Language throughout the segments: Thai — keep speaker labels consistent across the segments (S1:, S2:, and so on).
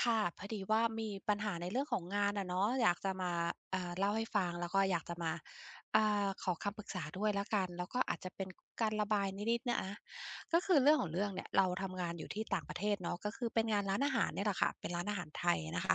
S1: ค่ะพอดีว่ามีปัญหาในเรื่องของงานอะเนาะอยากจะมาเอ่าเล่าให้ฟังแล้วก็อยากจะมาขอคำปรึกษาด้วยแล้วกันแล้วก็อาจจะเป็นการระบายนิดๆนะคะก็คือเรื่องของเรื่องเนี่ยเราทำงานอยู่ที่ต่างประเทศเนาะก็คือเป็นงานร้านอาหารเนี่ยแหละค่ะเป็นร้านอาหารไทยนะคะ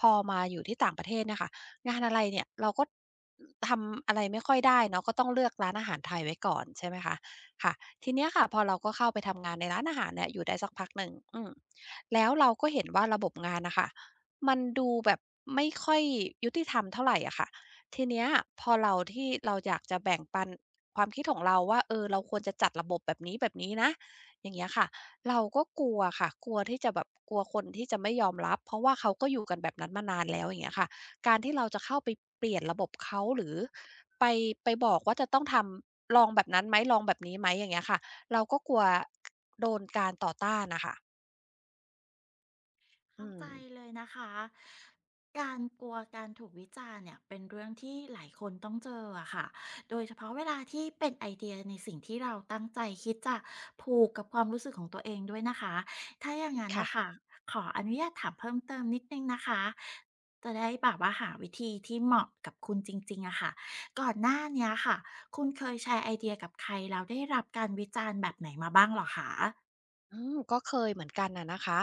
S1: พอมาอยู่ที่ต่างประเทศเนี่ยค่ะงานอะไรเนี่ยเราก็ทำอะไรไม่ค่อยได้เนาะก็ต้องเลือกร้านอาหารไทยไว้ก่อนใช่ไหมคะค่ะทีเนี้ยค่ะพอเราก็เข้าไปทำงานในร้านอาหารเนี่ยอยู่ได้สักพักหนึ่งแล้วเราก็เห็นว่าระบบงานนะคะมันดูแบบไม่ค่อยยุติธรรมเท่าไหรอะค่ะทีเนี้ยพอเราที่เราอยากจะแบ่งปันความคิดของเราว่าเออเราควรจะจัดระบบแบบนี้แบบนี้นะอย่างเงี้ยค่ะเราก็กลัวค่ะกลัวที่จะแบบกลัวคนที่จะไม่ยอมรับเพราะว่าเขาก็อยู่กันแบบนั้นมานานแล้วอย่างเงี้ยค่ะการที่เราจะเข้าไปเปลี่ยนระบบเขาหรือไปไปบอกว่าจะต้องทำลองแบบนั้นไหมลองแบบนี้ไหมอย่างเงี้ยค่ะเราก็กลัวโดนการต่อต้านน่ะค่ะอื
S2: เข้าใจ
S1: ม
S2: เลยนะคะการกลัวการถูกวิจารณ์เนี่ยเป็นเรื่องที่หลายคนต้องเจออะค่ะโดยเฉพาะเวลาที่เป็นไอเดียในสิ่งที่เราตั้งใจคิดจะผูกกับความรู้สึกของตัวเองด้วยนะคะถ้าอย่างนั้น
S1: ค่ะ
S2: นะคะขออนุญาตถามเพิ่มเติมนิดนึงนะคะจะได้แบบว่าหาวิธีที่เหมาะกับคุณจริงๆอะค่ะก่อนหน้าเนี้ยค่ะคุณเคยแชร์ไอเดียกับใครแล้วได้รับการวิจารณ์แบบไหนมาบ้างเหรอคะ
S1: อืมก็เคยเหมือนกันน่ะนะคะ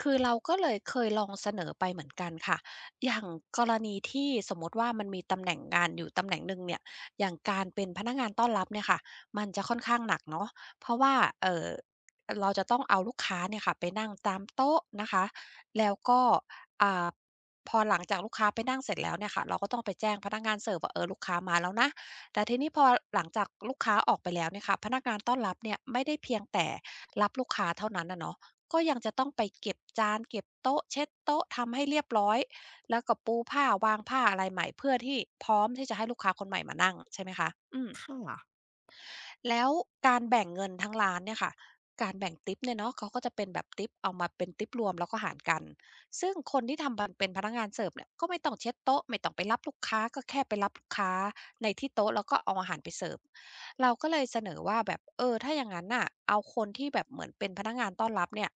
S1: คือเราก็เลยเคยลองเสนอไปเหมือนกันค่ะอย่างกรณีที่สมมติว่ามันมีตำแหน่งงานอยู่ตำแหน่งหนึ่งเนี่ยอย่างการเป็นพนักงานต้อนรับเนี่ยค่ะมันจะค่อนข้างหนักเนาะเพราะว่าเอ่อเราจะต้องเอาลูกค้าเนี่ยค่ะไปนั่งตามโต๊ะนะคะแล้วก็อ่าพอหลังจากลูกค้าไปนั่งเสร็จแล้วเนี่ยค่ะเราก็ต้องไปแจ้งพนักงานเสิร์ฟว่าเออลูกค้ามาแล้วนะแต่ทีนี้พอหลังจากลูกค้าออกไปแล้วเนี่ยค่ะพนักงานต้อนรับเนี่ยไม่ได้เพียงแต่ รับลูกค้าเท่านั้นนะเนาะก็ยังจะต้องไปเก็บจานเก็บโต๊ะเช็ดโต๊ะทำให้เรียบร้อย แล้วก็ปูผ้าวางผ้าอะไรใหม่เพื่อที่พร้อมที่จะให้ลูกค้าคนใหม่มานั่งใช่ไหมคะอืม
S2: ค่ะ
S1: แล้วการแบ่งเงินทั้งร้านเนี่ยค่ะการแบ่งทิปเนี่ยเนาะเขาก็จะเป็นแบบทิปเอามาเป็นทิปรวมแล้วก็หารกันซึ่งคนที่ทำบันเป็นพนักงานเสิร์ฟเนี่ยก็ไม่ต้องเช็ดโต๊ะไม่ต้องไปรับลูกค้าก็แค่ไปรับลูกค้าในที่โต๊ะแล้วก็เอาอาหารไปเสิร์ฟเราก็เลยเสนอว่าแบบเออถ้าอย่างนั้นน่ะเอาคนที่แบบเหมือนเป็นพนักงานต้อนรับเนี่ย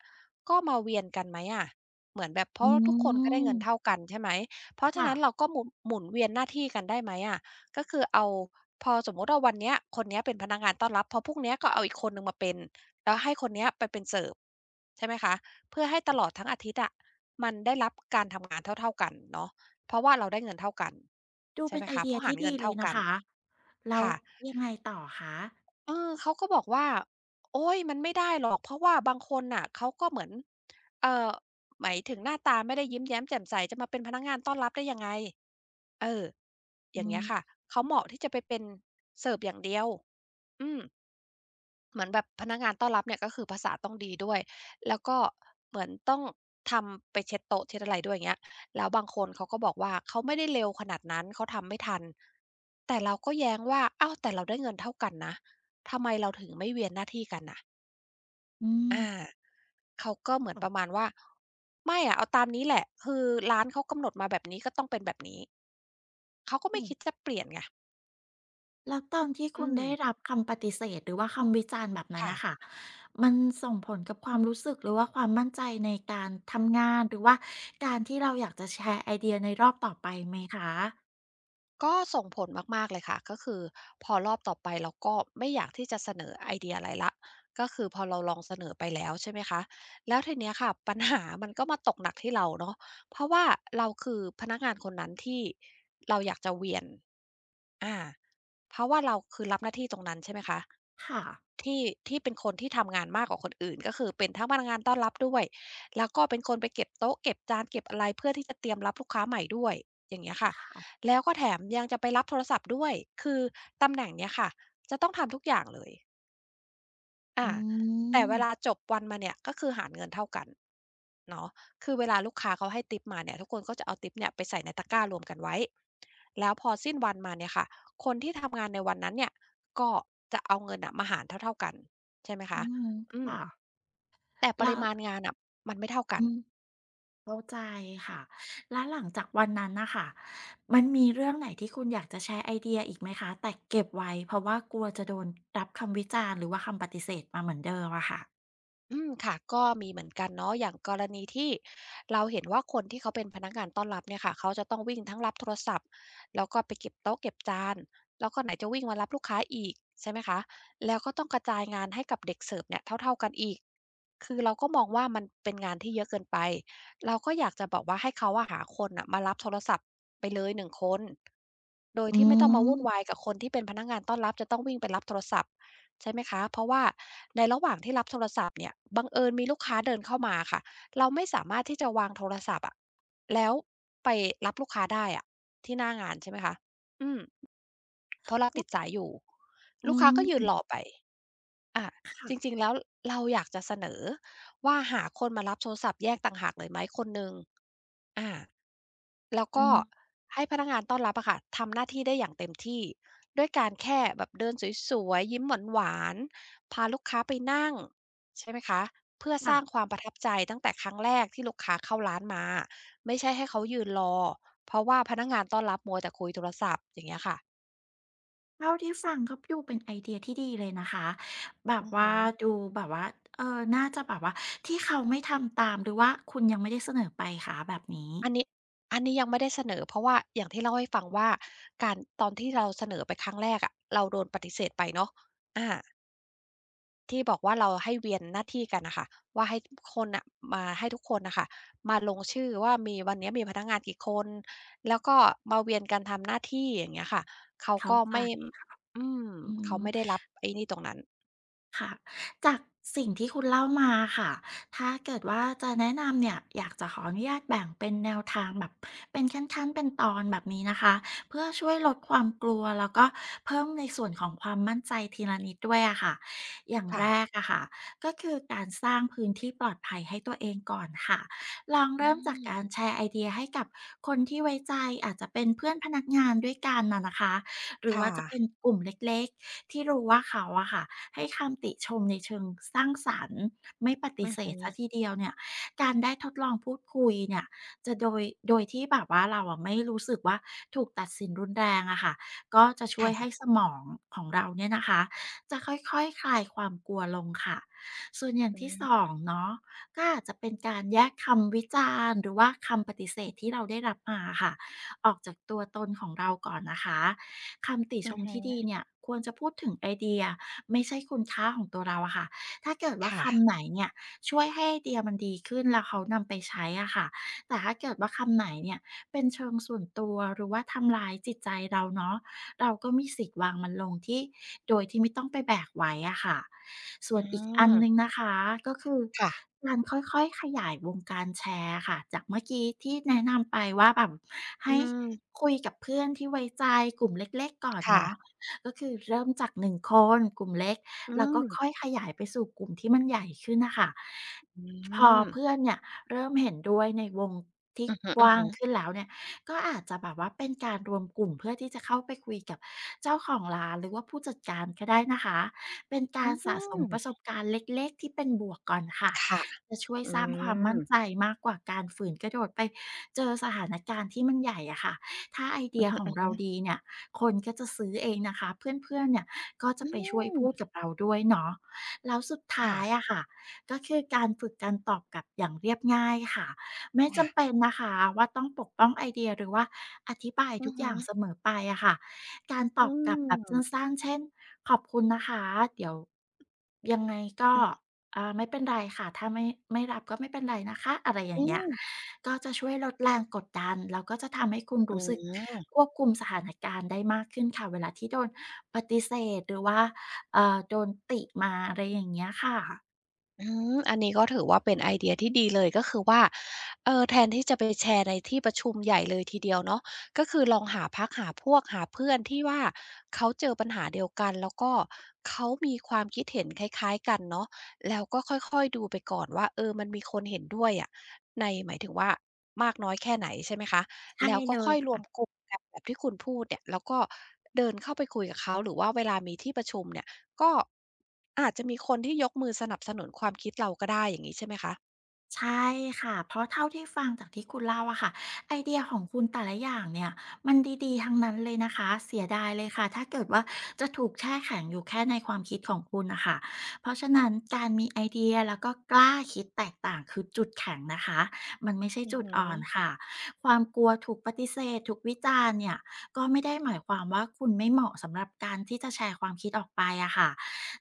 S1: ก็มาเวียนกันไหมอะเหมือนแบบเพ
S2: อื
S1: ราะทุกคนก็ได้เงินเท่า
S2: ม
S1: กันใช่ไหมเพราะฉะ
S2: ค่ะ
S1: นั้นเราก็หมุนเวียนหน้าที่กันได้ไหมอะ ก็คือเอาพอสมมุติว่าวันเนี้ยคนเนี้ยเป็นพนักงานต้อนรับพอพรุ่งเนี้ยก็เอาอีกคนหนึ่งมาเป็นแล้วให้คนเนี้ยไปเป็นเสิร์ฟใช่ไหมคะเพื่อให้ตลอดทั้งอาทิตย์อะมันได้รับการทำงานเท่าๆกันเนาะเพราะว่าเราได้เงินเท่ากัน
S2: ดู
S1: ใช่
S2: เป็น
S1: ไหม
S2: ไอ
S1: คะ
S2: เดี
S1: เพ
S2: ย
S1: ราะหา
S2: ที่
S1: ร
S2: ดี
S1: เงิน
S2: เล
S1: เท่า
S2: ยนะ
S1: กัน
S2: คะแล้ว
S1: ค่ะ
S2: ยังไงต่อคะ
S1: เออเขาก็บอกว่าโอ๊ยมันไม่ได้หรอกเพราะว่าบางคนน่ะเขาก็เหมือนเอ่อหมายถึงหน้าตาไม่ได้ยิ้มแย้มแจ่มใสจะมาเป็นพนักงานต้อนรับได้ยังไงเอออ
S2: อื
S1: ย่างเงี้ยค่ะ
S2: ม
S1: เขาเหมาะที่จะไปเป็นเสิร์ฟอย่างเดียวอืม เหมือนแบบพนักงานต้อนรับเนี่ยก็คือภาษาต้องดีด้วยแล้วก็เหมือนต้องทำไปเช็ดโต๊ะเช็ดอะไรด้วยอย่างเงี้ยแล้วบางคนเขาก็บอกว่าเขาไม่ได้เร็วขนาดนั้นเขาทำไม่ทันแต่เราก็แย้งว่าอ้าวแต่เราได้เงินเท่ากันนะทำไมเราถึงไม่เวียนหน้าที่กันน่ะ
S2: อืม
S1: อาเขาก็เหมือนประมา
S2: ค่ะ
S1: ณว่าไม่อะเอาตามนี้แหละคือร้านเขากำหนดมาแบบนี้ก็ต้องเป็นแบบนี้เขาก็
S2: อื
S1: ไม่
S2: ม
S1: คิดจะเปลี่ยนไง
S2: แล้วตอนที่คุ
S1: อื
S2: ณ
S1: ม
S2: ได้รับคำปฏิเสธหรือว่าคำวิจารณ์แบบนั้น
S1: ค่ะ
S2: นะคะ มันส่งผลกับความรู้สึกหรือว่าความมั่นใจในการทำงานหรือว่าการที่เราอยากจะแชร์ไอเดียในรอบต่อไปไหมคะ
S1: ก็ส่งผลมากๆเลยค่ะก็คือพอรอบต่อไปเราก็ไม่อยากที่จะเสนอไอเดียอะไรละก็คือพอเราลองเสนอไปแล้วใช่ไหมคะแล้วทีเนี้ยค่ะ ปัญหามันก็มาตกหนักที่เราเนาะเพราะว่าเราคือพนักงานคนนั้นที่จะเวียน อาเพราะว่าเราคือรับหน้าที่ตรงนั้นใช่ไหมคะ
S2: ค่ะ
S1: ที่ที่เป็นคนที่ทำงานมากกว่าคนอื่นก็คือเป็นทั้งพนักงานต้อนรับด้วยแล้วก็เป็นคนไปเก็บโต๊ะเก็บจานเก็บอะไรเพื่อที่จะเตรียมรับลูกค้าใหม่ด้วยอย่างเงี้ยค่ะ
S2: ค่ะ
S1: แล้วก็แถมยังจะไปรับโทรศัพท์ด้วยคือตำแหน่งเนี้ยค่ะจะต้องทำทุกอย่างเลย
S2: อื
S1: อาแต่เวลา
S2: ม
S1: จบวันมาเนี่ยก็คือหารเงินเท่ากันเนาะคือเวลาลูกค้าเขาให้ทิปมาเนี่ยทุกคนก็จะเอาทิปเนี่ยไปใส่ในตะกร้ารวมกันไว้แล้วพอสิ้นวันมาเนี่ยค่ะคนที่ทำงานในวันนั้นเนี่ยก็จะเอาเงินน่ะมาหารเท่าๆกันใช่ไหม
S2: อื
S1: คะ
S2: ม
S1: อืม
S2: ค่ะ
S1: แต่ป
S2: แล้
S1: ริ
S2: ว
S1: มาณงานน่ะมันไม่เท่ากั
S2: อื
S1: น
S2: ม เข้าใจค่ะแล้วหลังจากวันนั้นนะค่ะ มันมีเรื่องไหนที่คุณอยากจะแชร์ไอเดียอีกไหมคะแต่เก็บไว้เพราะว่ากลัวจะโดนรับคำวิจารณ์หรือว่าคำปฏิเสธมาเหมือนเดิมอะค่ะ
S1: อืมค่ะก็มีเหมือนกันเนาะอย่างกรณีที่เราเห็นว่าคนที่เขาเป็นพนักงานต้อนรับเนี่ยค่ะเขาจะต้องวิ่งทั้งรับโทรศัพท์แล้วก็ไปเก็บโต๊ะเก็บจานแล้วก็ไหนจะวิ่งมารับลูกค้าอีกใช่ไหมคะแล้วก็ต้องกระจายงานให้กับเด็กเสิร์ฟเนี่ยเท่าๆกันอีกคือเราก็มองว่ามันเป็นงานที่เยอะเกินไปเราก็อยากจะบอกว่าให้เขาอะหาคนน่ะมารับโทรศัพท์ไปเลยหนึ่งคนโดย
S2: อื
S1: ที่ไม่ต้องมา
S2: ม
S1: วุ่นวายกับคนที่เป็นพนักงานต้อนรับจะต้องวิ่งไปรับโทรศัพท์ ใช่ไหมคะเพราะว่าในระหว่างที่รับโทรศัพท์เนี่ยบังเอิญมีลูกค้าเดินเข้ามาค่ะเราไม่สามารถที่จะวางโทรศัพท์อะแล้วไปรับลูกค้าได้อะที่หน้างานใช่ไหมคะอืมเพราะเราติดสายอยู่
S2: อื
S1: ลูกค้า
S2: ม
S1: ก็ยืนรอไปอาจริงๆแล้วเราอยากจะเสนอว่าหาคนมารับโทรศัพท์แยกต่างหากเลยไหมคนหนึ่ง อาแล้ว
S2: อื
S1: ก็
S2: ม
S1: ให้พนักงานต้อนรับอะค่ะทำหน้าที่ได้อย่างเต็มที่ด้วยการแค่แบบเดินสวยๆยิ้มหวานๆพาลูกค้าไปนั่งใช่ไหมคะเพื่อสร้างค
S2: ค่ะ
S1: วามประทับใจตั้งแต่ครั้งแรกที่ลูกค้าเข้าร้านมาไม่ใช่ให้เขายืนรอเพราะว่าพนักงานต้อนรับมัวแต่คุยโทรศัพท์อย่างเงี้ยค่ะ
S2: เท่าที่ฟังก็ดูเป็นไอเดียที่ดีเลยนะคะแบบ
S1: อือ
S2: ว่า
S1: ฮึ
S2: ดูแบบว่าเออน่าจะแบบว่าที่เขาไม่ทำตามหรือว่าคุณยังไม่ได้เสนอไปคะแบบนี้
S1: อันนี้อันนี้ยังไม่ได้เสนอเพราะว่าอย่างที่เล่าให้ฟังว่าการตอนที่เราเสนอไปครั้งแรกอะเราโดนปฏิเสธไปเนาะอา ที่บอกว่าเราให้เวียนหน้าที่กันน่ะค่ะว่าให้ทุกคนน่ะมาให้ทุกคนน่ะค่ะมาลงชื่อว่ามีวันเนี้ยมีพนักงานกี่คนแล้วก็มาเวียนกันทำหน้าที่อย่างเงี้ยค่ะเขา
S2: เข้า
S1: ก็
S2: ใ
S1: ไม่
S2: จ
S1: อืม
S2: อืม
S1: เขาไม่ได้รับไอ้นี่ตรงนั้น
S2: ค่ะจากสิ่งที่คุณเล่ามาค่ะ ถ้าเกิดว่าจะแนะนำเนี่ยอยากจะขออนุญาตแบ่งเป็นแนวทางแบบเป็นขั้นๆเป็นตอนแบบนี้นะคะเพื่อช่วยลดความกลัวแล้วก็เพิ่มในส่วนของความมั่นใจทีละนิดด้วยอะค่ะอย่าง
S1: ค่ะ
S2: แรกอะค่ะก็คือการสร้างพื้นที่ปลอดภัยให้ตัวเองก่อนค่ะลอง
S1: อื
S2: เริ่มจากการ
S1: ม
S2: แชร์ไอเดียให้กับคนที่ไว้ใจอาจจะเป็นเพื่อนพนักงานด้วยกันนะนะคะหรือว่า
S1: ค่ะ
S2: จะเป็นกลุ่มเล็กๆที่รู้ว่าเขาอะค่ะ ให้คำติชมในเชิงสร้างสรรค์ไม่ปฏิ
S1: อือ
S2: เสธ
S1: ฮึ
S2: เสียทีเดียวเนี่ยการได้ทดลองพูดคุยเนี่ยจะโดยโดยที่แบบว่าเราอะไม่รู้สึกว่าถูกตัดสินรุนแรงอะค่ะก็จะช่วยให้
S1: ค่ะ
S2: สมองของเราเนี่ยนะคะจะค่อยๆคลายความกลัวลงค่ะส่วนอย่าง
S1: อื
S2: ที่
S1: ม
S2: 2เนาะก็อาจจะเป็นการแยกคำวิจารณ์หรือว่าคำปฏิเสธที่เราได้รับมาอะค่ะออกจากตัวตนของเราก่อนนะคะคำติช
S1: อือ
S2: มที่ดี
S1: ฮึ
S2: เนี่ยควรจะพูดถึงไอเดีย ไม่ใช่คุณค่าของตัวเราอะค่ะถ้าเกิดว่า
S1: ค่ะ
S2: คำไหนเนี่ยช่วยให้ไอเดียมันดีขึ้นแล้วเขานำไปใช้อะค่ะแต่ถ้าเกิดว่าคำไหนเนี่ยเป็นเชิงส่วนตัวหรือว่าทำลายจิตใจเราเนาะเราก็มีสิทธิ์วางมันลงที่โดยที่ไม่ต้องไปแบกไว้อะค่ะส่
S1: อื
S2: วนอีกอันหนึ่ง
S1: ม
S2: นะคะก็คือ
S1: ค่ะ
S2: การค่อยๆขยายวงการแชร์ค่ะจากเมื่อกี้ที่แนะนำไปว่าแบบ
S1: อื
S2: ให้
S1: ม
S2: คุยกับเพื่อนที่ไว้ใจกลุ่มเล็กๆก่อน
S1: ค่ะ
S2: เนาะ ก็คือเริ่มจากหนึ่งคนกลุ่มเล็ก
S1: อื
S2: แล้วก็ค่อ
S1: ม
S2: ยขยายไปสู่กลุ่มที่มันใหญ่ขึ้นน่ะค่ะ
S1: อื
S2: พอเพื่
S1: ม
S2: อนเนี่ยเริ่มเห็นด้วยในวงที่
S1: อือ
S2: กว้าง
S1: ฮึๆ
S2: ขึ้นแล้วเนี่ยก็อาจจะแบบว่าเป็นการรวมกลุ่มเพื่อที่จะเข้าไปคุยกับเจ้าของร้านหรือว่าผู้จัดการก็ได้นะคะเป็นกา
S1: อื
S2: รสะสมประสบ
S1: ม
S2: การณ์เล็กๆที่เป็นบวกก่อนค่ะ
S1: ค่ะ
S2: จะช่วย
S1: อื
S2: สร้างความมั่
S1: ม
S2: นใจมากกว่าการฝืนกระโดดไปเจอสถานการณ์ที่มันใหญ่อะค่ะถ้าไอเดี
S1: อือ
S2: ย
S1: ฮ
S2: ของเรา
S1: ึ
S2: ดีเนี่ย คนก็จะซื้อเองนะคะเพื่อนๆเนี่ยก็
S1: ๆ
S2: จะ
S1: อื
S2: ไปช่วย
S1: ม
S2: พูดกับเราด้วยเนาะแล้วสุดท้า
S1: ค่ะ
S2: ยอะค่ะก็คือการฝึกการตอบกลับอย่างเรียบง่ายค่ะไม่
S1: ค่ะ
S2: จำเป็นนะคะว่าต้องปกป้องไอเดียหรือว่าอธิบาย
S1: อื
S2: ทุ
S1: อ
S2: กอ
S1: ฮึ
S2: ย่างเสมอไปอะค่ะการตอ
S1: อื
S2: บกลับแบบสั
S1: ม
S2: ้นๆเช่นขอบคุณนะคะเดี๋ยวยังไงก็
S1: อือ
S2: ไม่เป็นไรค่ะถ้าไม่ไม่รับก็ไม่เป็นไรนะคะอะไรอ
S1: อื
S2: ย่างเงี้ย
S1: ม
S2: ก็จะช่วยลดแรงกดดันแล้วก็จะทำให้คุณ
S1: อ๋
S2: รู้สึก
S1: อ
S2: ควบคุมสถานการณ์ได้มากขึ้นค่ะเวลาที่โดนปฏิเสธหรือว่าโดนติมาอะไรอย่างเงี้ยค่ะ
S1: อืมอันนี้ก็ถือว่าเป็นไอเดียที่ดีเลยก็คือว่าเออแทนที่จะไปแชร์ในที่ประชุมใหญ่เลยทีเดียวเนาะก็คือลองหาพรรคหาพวกหาเพื่อนที่ว่าเขาเจอปัญหาเดียวกันแล้วก็เขามีความคิดเห็นคล้ายๆกันเนาะแล้วก็ค่อยๆดูไปก่อนว่าเออมันมีคนเห็นด้วยอะในหมายถึงว่ามากน้อยแค่ไหนใช่ไหมคะ
S2: ใช่
S1: แล้วก็
S2: เล
S1: ค่
S2: ย
S1: อยรว
S2: ค่ะ
S1: มกลุ่มกันแบบที่คุณพูดเนี่ยแล้วก็เดินเข้าไปคุยกับเขาหรือว่าเวลามีที่ประชุมเนี่ย ก็อาจจะมีคนที่ยกมือสนับสนุนความคิดเราก็ได้อย่างนี้ใช่ไหมคะ
S2: ใช่ค่ะ เพราะเท่าที่ฟังจากที่คุณเล่าอะค่ะไอเดียของคุณแต่ละอย่างเนี่ยมันดีๆทั้งนั้นเลยนะคะเสียดายเลยค่ะถ้าเกิดว่าจะถูกแช่แข็งอยู่แค่ในความคิดของคุณนะคะเพราะฉะนั้นการมีไอเดียแล้วก็กล้าคิดแตกต่างคือจุดแข็งนะคะมันไม่ใช่
S1: อือ
S2: จุด
S1: ฮึ
S2: อ่อนค่ะความกลัวถูกปฏิเสธถูกวิจารณ์เนี่ยก็ไม่ได้หมายความว่าคุณไม่เหมาะสำหรับการที่จะแชร์ความคิดออกไปอะค่ะ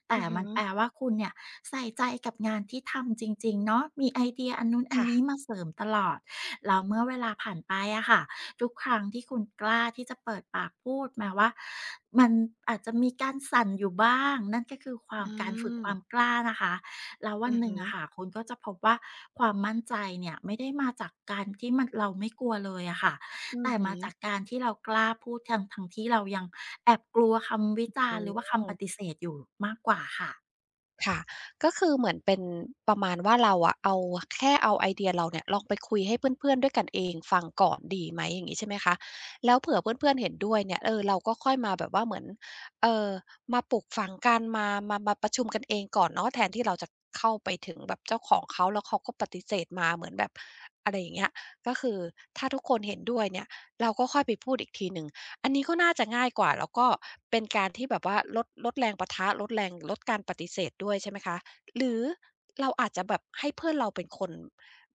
S2: แต่
S1: อือฮึ
S2: มันแปลว่าคุณเนี่ยใส่ใจกับงานที่ทำจริงๆเนาะมีไอเดียอันนู้นอันนี้
S1: ค่ะ
S2: มาเสริมตลอดแล้วเมื่อเวลาผ่านไปอะค่ะทุกครั้งที่คุณกล้าที่จะเปิดปากพูดแม้ว่ามันอาจจะมีการสั่นอยู่บ้างนั่นก็คือควา
S1: อื
S2: มการฝึกความ
S1: ม
S2: กล้านะคะแล้ววัน
S1: อือ
S2: หนึ่ง
S1: ฮึ
S2: อะค่ะคุณก็จะพบว่าความมั่นใจเนี่ยไม่ได้มาจากการที่มันเราไม่กลัวเลยอะค่ะ
S1: อือ
S2: แต่
S1: ฮึ
S2: มาจากการที่เรากล้าพูดทั้งที่เรายังแอบกลัวคำวิจา
S1: อื
S2: รณ์หรือว่าคำปฏิ
S1: ม
S2: เสธอยู่มากกว่าค่ะ
S1: ค่ะก็คือเหมือนเป็นประมาณว่าเราอะเอาแค่เอาไอเดียเราเนี่ยลองไปคุยให้เพื่อนๆด้วยกันเองฟังก่อนดีไหมอย่างงี้ใช่ไหมคะแล้วเผื่อเพื่อนๆเห็นด้วยเนี่ยเออเราก็ค่อยมาแบบว่าเหมือนเอ่อมาปลูกฝังกันมาประชุมกันเองก่อนเนาะแทนที่เราจะเข้าไปถึงแบบเจ้าของเขาแล้วเขาก็ปฏิเสธมาเหมือนแบบอะไรอย่างเงี้ยก็คือถ้าทุกคนเห็นด้วยเนี่ยเราก็ค่อยไปพูดอีกทีหนึ่ง อันนี้ก็น่าจะง่ายกว่าแล้วก็เป็นการที่แบบว่าลดแรงปะทะลดการปฏิเสธด้วยใช่ไหมคะหรือเราอาจจะแบบให้เพื่อนเราเป็นคน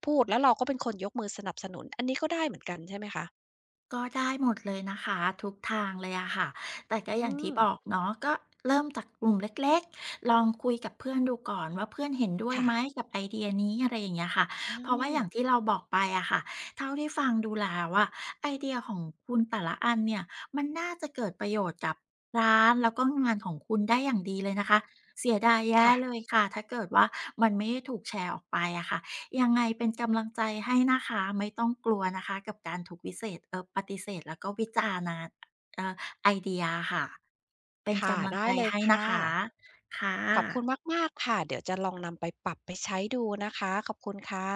S1: พูดแล้วเราก็เป็นคนยกมือสนับสนุนอันนี้ก็ได้เหมือนกันใช่ไหมคะ
S2: ก็ได้หมดเลยนะคะทุกทางเลยอะค่ะแต่ก็
S1: อื
S2: อย่างที่
S1: ม
S2: บอกเนาะก็เริ่มจากกลุ่มเล็กๆลองคุยกับเพื่อนดูก่อนว่าเพื่อนเห็นด้วย
S1: ค่ะ
S2: ไหมกับไอเดียนี้อะไรอย่างเงี้ยค่ะ
S1: อื
S2: เพราะว่าอย่างที่
S1: ม
S2: เราบอกไปอะค่ะเท่าที่ฟังดูแล้วอะไอเดียของคุณแต่ละอันเนี่ยมันน่าจะเกิดประโยชน์กับร้านแล้วก็งานของคุณได้อย่างดีเลยนะคะเสียดายแย่เล
S1: ค่ะ
S2: ยค่ะถ้าเกิดว่ามันไม่ได้ถูกแชร์ออกไปอะค่ะ ยังไงเป็นกำลังใจให้นะคะไม่ต้องกลัวนะคะกับการถูกวิเศษเออปฏิเสธแล้วก็วิจารณาเออไอเดียค่ะเป็น
S1: ค่ะ
S2: กำลัง
S1: ได้
S2: ใจ
S1: เลย
S2: ให้นะ
S1: ค่ะ
S2: คะค่ะ
S1: ขอบคุณมากๆค่ะเดี๋ยวจะลองนำไปปรับไปใช้ดูนะคะขอบคุณค่ะ